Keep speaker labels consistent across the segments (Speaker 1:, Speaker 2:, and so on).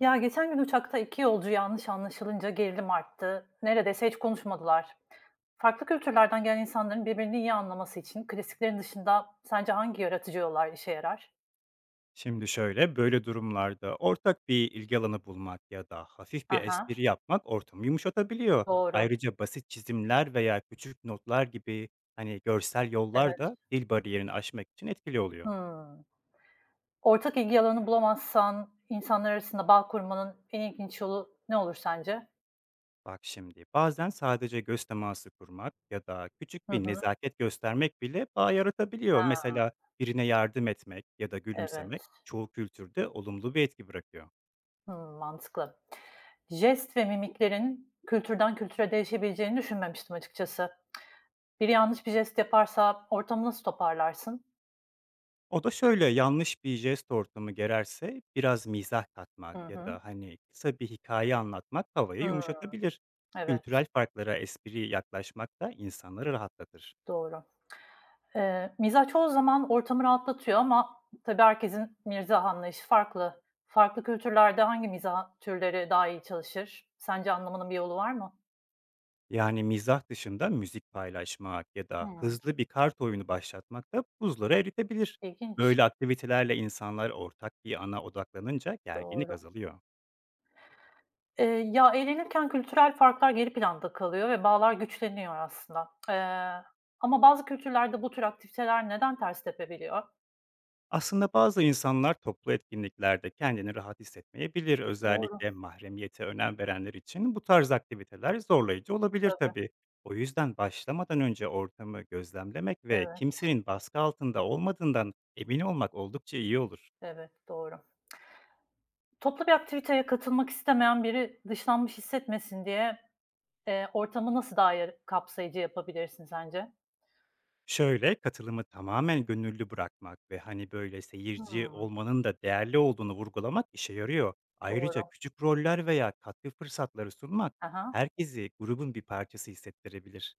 Speaker 1: Ya geçen gün uçakta iki yolcu yanlış anlaşılınca gerilim arttı. Neredeyse hiç konuşmadılar. Farklı kültürlerden gelen insanların birbirini iyi anlaması için klasiklerin dışında sence hangi yaratıcı yollar işe yarar?
Speaker 2: Şimdi şöyle, böyle durumlarda ortak bir ilgi alanı bulmak ya da hafif bir
Speaker 1: Aha,
Speaker 2: espri yapmak ortamı yumuşatabiliyor.
Speaker 1: doğru.
Speaker 2: Ayrıca basit çizimler veya küçük notlar gibi hani görsel yollar
Speaker 1: Evet.
Speaker 2: da dil bariyerini aşmak için etkili oluyor.
Speaker 1: Hmm. Ortak ilgi alanı bulamazsan insanlar arasında bağ kurmanın en ilginç yolu ne olur sence?
Speaker 2: Bak şimdi, bazen sadece göz teması kurmak ya da küçük
Speaker 1: Hı
Speaker 2: bir
Speaker 1: hı.
Speaker 2: nezaket göstermek bile bağ yaratabiliyor. Mesela birine yardım etmek ya da gülümsemek
Speaker 1: Evet.
Speaker 2: çoğu kültürde olumlu bir etki bırakıyor.
Speaker 1: Mantıklı. Jest ve mimiklerin kültürden kültüre değişebileceğini düşünmemiştim açıkçası. Biri yanlış bir jest yaparsa ortamı nasıl toparlarsın?
Speaker 2: O da şöyle, yanlış bir jest ortamı gererse biraz mizah katmak
Speaker 1: Hı
Speaker 2: ya
Speaker 1: hı.
Speaker 2: da, hani, kısa bir hikaye anlatmak havayı
Speaker 1: Hıı,
Speaker 2: yumuşatabilir.
Speaker 1: evet,
Speaker 2: Kültürel farklara espri yaklaşmak da insanları rahatlatır.
Speaker 1: doğru. Mizah çoğu zaman ortamı rahatlatıyor ama tabii herkesin mizah anlayışı farklı. Farklı kültürlerde hangi mizah türleri daha iyi çalışır? Sence anlamanın bir yolu var mı?
Speaker 2: Yani mizah dışında müzik paylaşmak ya da
Speaker 1: Hımm,
Speaker 2: hızlı bir kart oyunu başlatmak da buzları eritebilir.
Speaker 1: ilginç.
Speaker 2: Böyle aktivitelerle insanlar ortak bir ana odaklanınca gerginlik
Speaker 1: Doğru.
Speaker 2: azalıyor.
Speaker 1: Ya, eğlenirken kültürel farklar geri planda kalıyor ve bağlar güçleniyor aslında. Ama bazı kültürlerde bu tür aktiviteler neden ters tepebiliyor?
Speaker 2: Aslında bazı insanlar toplu etkinliklerde kendini rahat hissetmeyebilir.
Speaker 1: Doğru,
Speaker 2: Özellikle mahremiyete önem verenler için bu tarz aktiviteler zorlayıcı olabilir
Speaker 1: tabii.
Speaker 2: tabii. O yüzden başlamadan önce ortamı gözlemlemek ve
Speaker 1: Evet,
Speaker 2: kimsenin baskı altında olmadığından emin olmak oldukça iyi olur.
Speaker 1: evet, doğru. Toplu bir aktiviteye katılmak istemeyen biri dışlanmış hissetmesin diye, ortamı nasıl daha ya kapsayıcı yapabilirsin sence?
Speaker 2: Şöyle, katılımı tamamen gönüllü bırakmak ve hani böyle seyirci
Speaker 1: Hımm,
Speaker 2: olmanın da değerli olduğunu vurgulamak işe yarıyor. Ayrıca
Speaker 1: doğru.
Speaker 2: küçük roller veya katkı fırsatları sunmak
Speaker 1: Hı.
Speaker 2: herkesi grubun bir parçası hissettirebilir.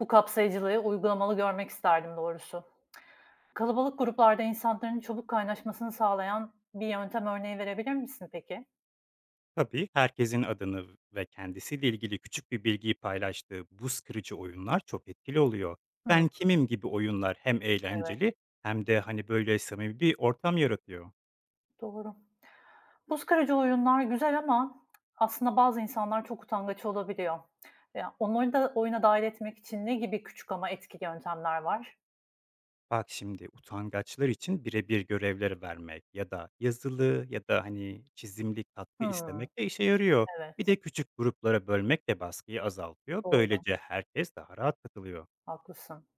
Speaker 1: Bu kapsayıcılığı uygulamalı görmek isterdim doğrusu. Kalabalık gruplarda insanların çabuk kaynaşmasını sağlayan bir yöntem örneği verebilir misin peki?
Speaker 2: Tabii, herkesin adını ve kendisiyle ilgili küçük bir bilgiyi paylaştığı buz kırıcı oyunlar çok etkili oluyor.
Speaker 1: Hımm,
Speaker 2: Ben kimim gibi oyunlar hem
Speaker 1: evet,
Speaker 2: eğlenceli hem de hani böyle samimi bir ortam yaratıyor.
Speaker 1: doğru. Buz kırıcı oyunlar güzel ama aslında bazı insanlar çok utangaç olabiliyor. Ya, onları da oyuna dâhil etmek için ne gibi küçük ama etkili yöntemler var?
Speaker 2: Bak şimdi, utangaçlar için birebir görevleri vermek ya da yazılı ya da hani çizimli katkı
Speaker 1: Hımm,
Speaker 2: istemek de işe yarıyor. Bir
Speaker 1: evet.
Speaker 2: de küçük gruplara bölmek de baskıyı azaltıyor.
Speaker 1: Doğru,
Speaker 2: Böylece herkes daha rahat katılıyor.
Speaker 1: haklısın.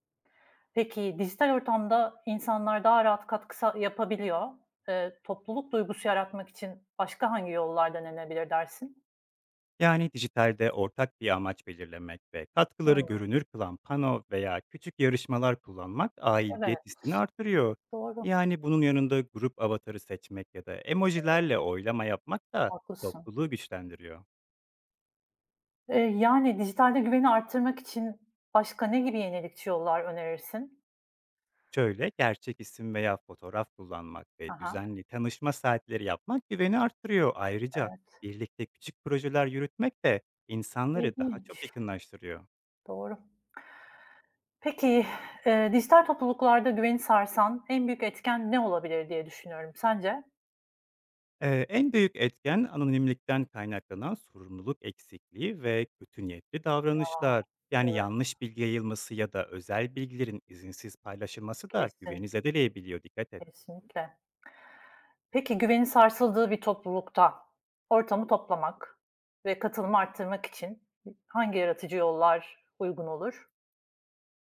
Speaker 1: Peki, dijital ortamda insanlar daha rahat katkı yapabiliyor. Topluluk duygusu yaratmak için başka hangi yollar denenebilir dersin?
Speaker 2: Yani dijitalde ortak bir amaç belirlemek ve katkıları
Speaker 1: Hımm,
Speaker 2: görünür kılan pano veya küçük yarışmalar kullanmak
Speaker 1: evet,
Speaker 2: aidiyet hissini artırıyor.
Speaker 1: doğru,
Speaker 2: Yani bunun yanında grup avatarı seçmek ya da emojilerle oylama yapmak da
Speaker 1: haklısın.
Speaker 2: topluluğu güçlendiriyor.
Speaker 1: Yani, dijitalde güveni arttırmak için başka ne gibi yenilikçi yollar önerirsin?
Speaker 2: Şöyle, gerçek isim veya fotoğraf kullanmak ve
Speaker 1: Aha,
Speaker 2: düzenli tanışma saatleri yapmak güveni artırıyor. Ayrıca
Speaker 1: evet,
Speaker 2: birlikte küçük projeler yürütmek de insanları daha çok
Speaker 1: ilginç,
Speaker 2: yakınlaştırıyor.
Speaker 1: doğru. Peki, dijital topluluklarda güveni sarsan en büyük etken ne olabilir diye düşünüyorum. Sence?
Speaker 2: En büyük etken anonimlikten kaynaklanan sorumluluk eksikliği ve kötü niyetli
Speaker 1: A!
Speaker 2: davranışlar. Yani
Speaker 1: Evet,
Speaker 2: yanlış bilgi yayılması ya da özel bilgilerin izinsiz paylaşılması da
Speaker 1: kesin,
Speaker 2: güveni zedeleyebiliyor, dikkat et.
Speaker 1: kesinlikle. Peki güvenin sarsıldığı bir toplulukta ortamı toplamak ve katılımı arttırmak için hangi yaratıcı yollar uygun olur?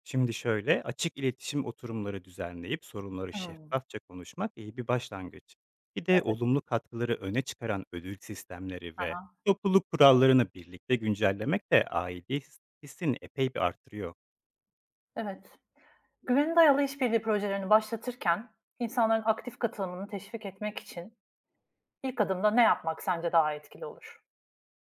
Speaker 2: Şimdi şöyle, açık iletişim oturumları düzenleyip sorunları
Speaker 1: Hımm.
Speaker 2: şeffafça konuşmak iyi bir başlangıç. Bir de
Speaker 1: Evet.
Speaker 2: olumlu katkıları öne çıkaran ödül sistemleri
Speaker 1: Hı hı.
Speaker 2: ve topluluk kurallarını birlikte güncellemek de aidiyet hissini epey bir artırıyor.
Speaker 1: Evet. Güvene dayalı işbirliği projelerini başlatırken insanların aktif katılımını teşvik etmek için ilk adımda ne yapmak sence daha etkili olur?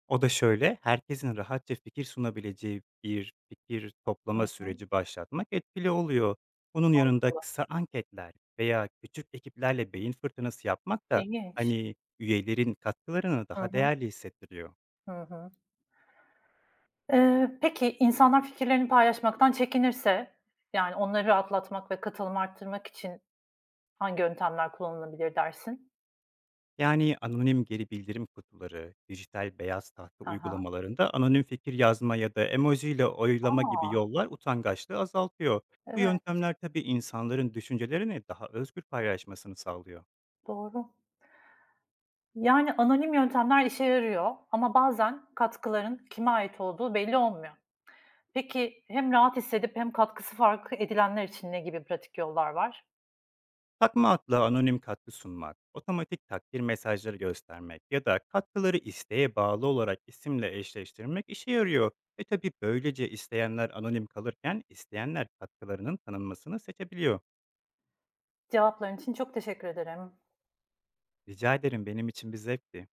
Speaker 2: O da şöyle, herkesin rahatça fikir sunabileceği bir fikir
Speaker 1: Hı
Speaker 2: toplama
Speaker 1: hı.
Speaker 2: süreci başlatmak etkili oluyor. Bunun yanında
Speaker 1: Haklı.
Speaker 2: kısa anketler veya küçük ekiplerle beyin fırtınası yapmak da
Speaker 1: İlginç.
Speaker 2: hani üyelerin katkılarını
Speaker 1: Hı
Speaker 2: daha
Speaker 1: hı.
Speaker 2: değerli hissettiriyor.
Speaker 1: Hı hı. Peki insanlar fikirlerini paylaşmaktan çekinirse, yani onları rahatlatmak ve katılımı arttırmak için hangi yöntemler kullanılabilir dersin?
Speaker 2: Yani anonim geri bildirim kutuları, dijital beyaz tahta
Speaker 1: Ha ha.
Speaker 2: uygulamalarında anonim fikir yazma ya da emoji ile oylama
Speaker 1: A!
Speaker 2: gibi yollar utangaçlığı azaltıyor. Bu
Speaker 1: Evet,
Speaker 2: yöntemler tabii insanların düşüncelerini daha özgür paylaşmasını sağlıyor.
Speaker 1: doğru. Yani anonim yöntemler işe yarıyor ama bazen katkıların kime ait olduğu belli olmuyor. Peki hem rahat hissedip hem katkısı fark edilenler için ne gibi pratik yollar var?
Speaker 2: Takma adla anonim katkı sunmak, otomatik takdir mesajları göstermek ya da katkıları isteğe bağlı olarak isimle eşleştirmek işe yarıyor. Ve tabii böylece isteyenler anonim kalırken isteyenler katkılarının tanınmasını seçebiliyor.
Speaker 1: Cevapların için çok teşekkür ederim.
Speaker 2: Rica ederim, benim için bir zevkti.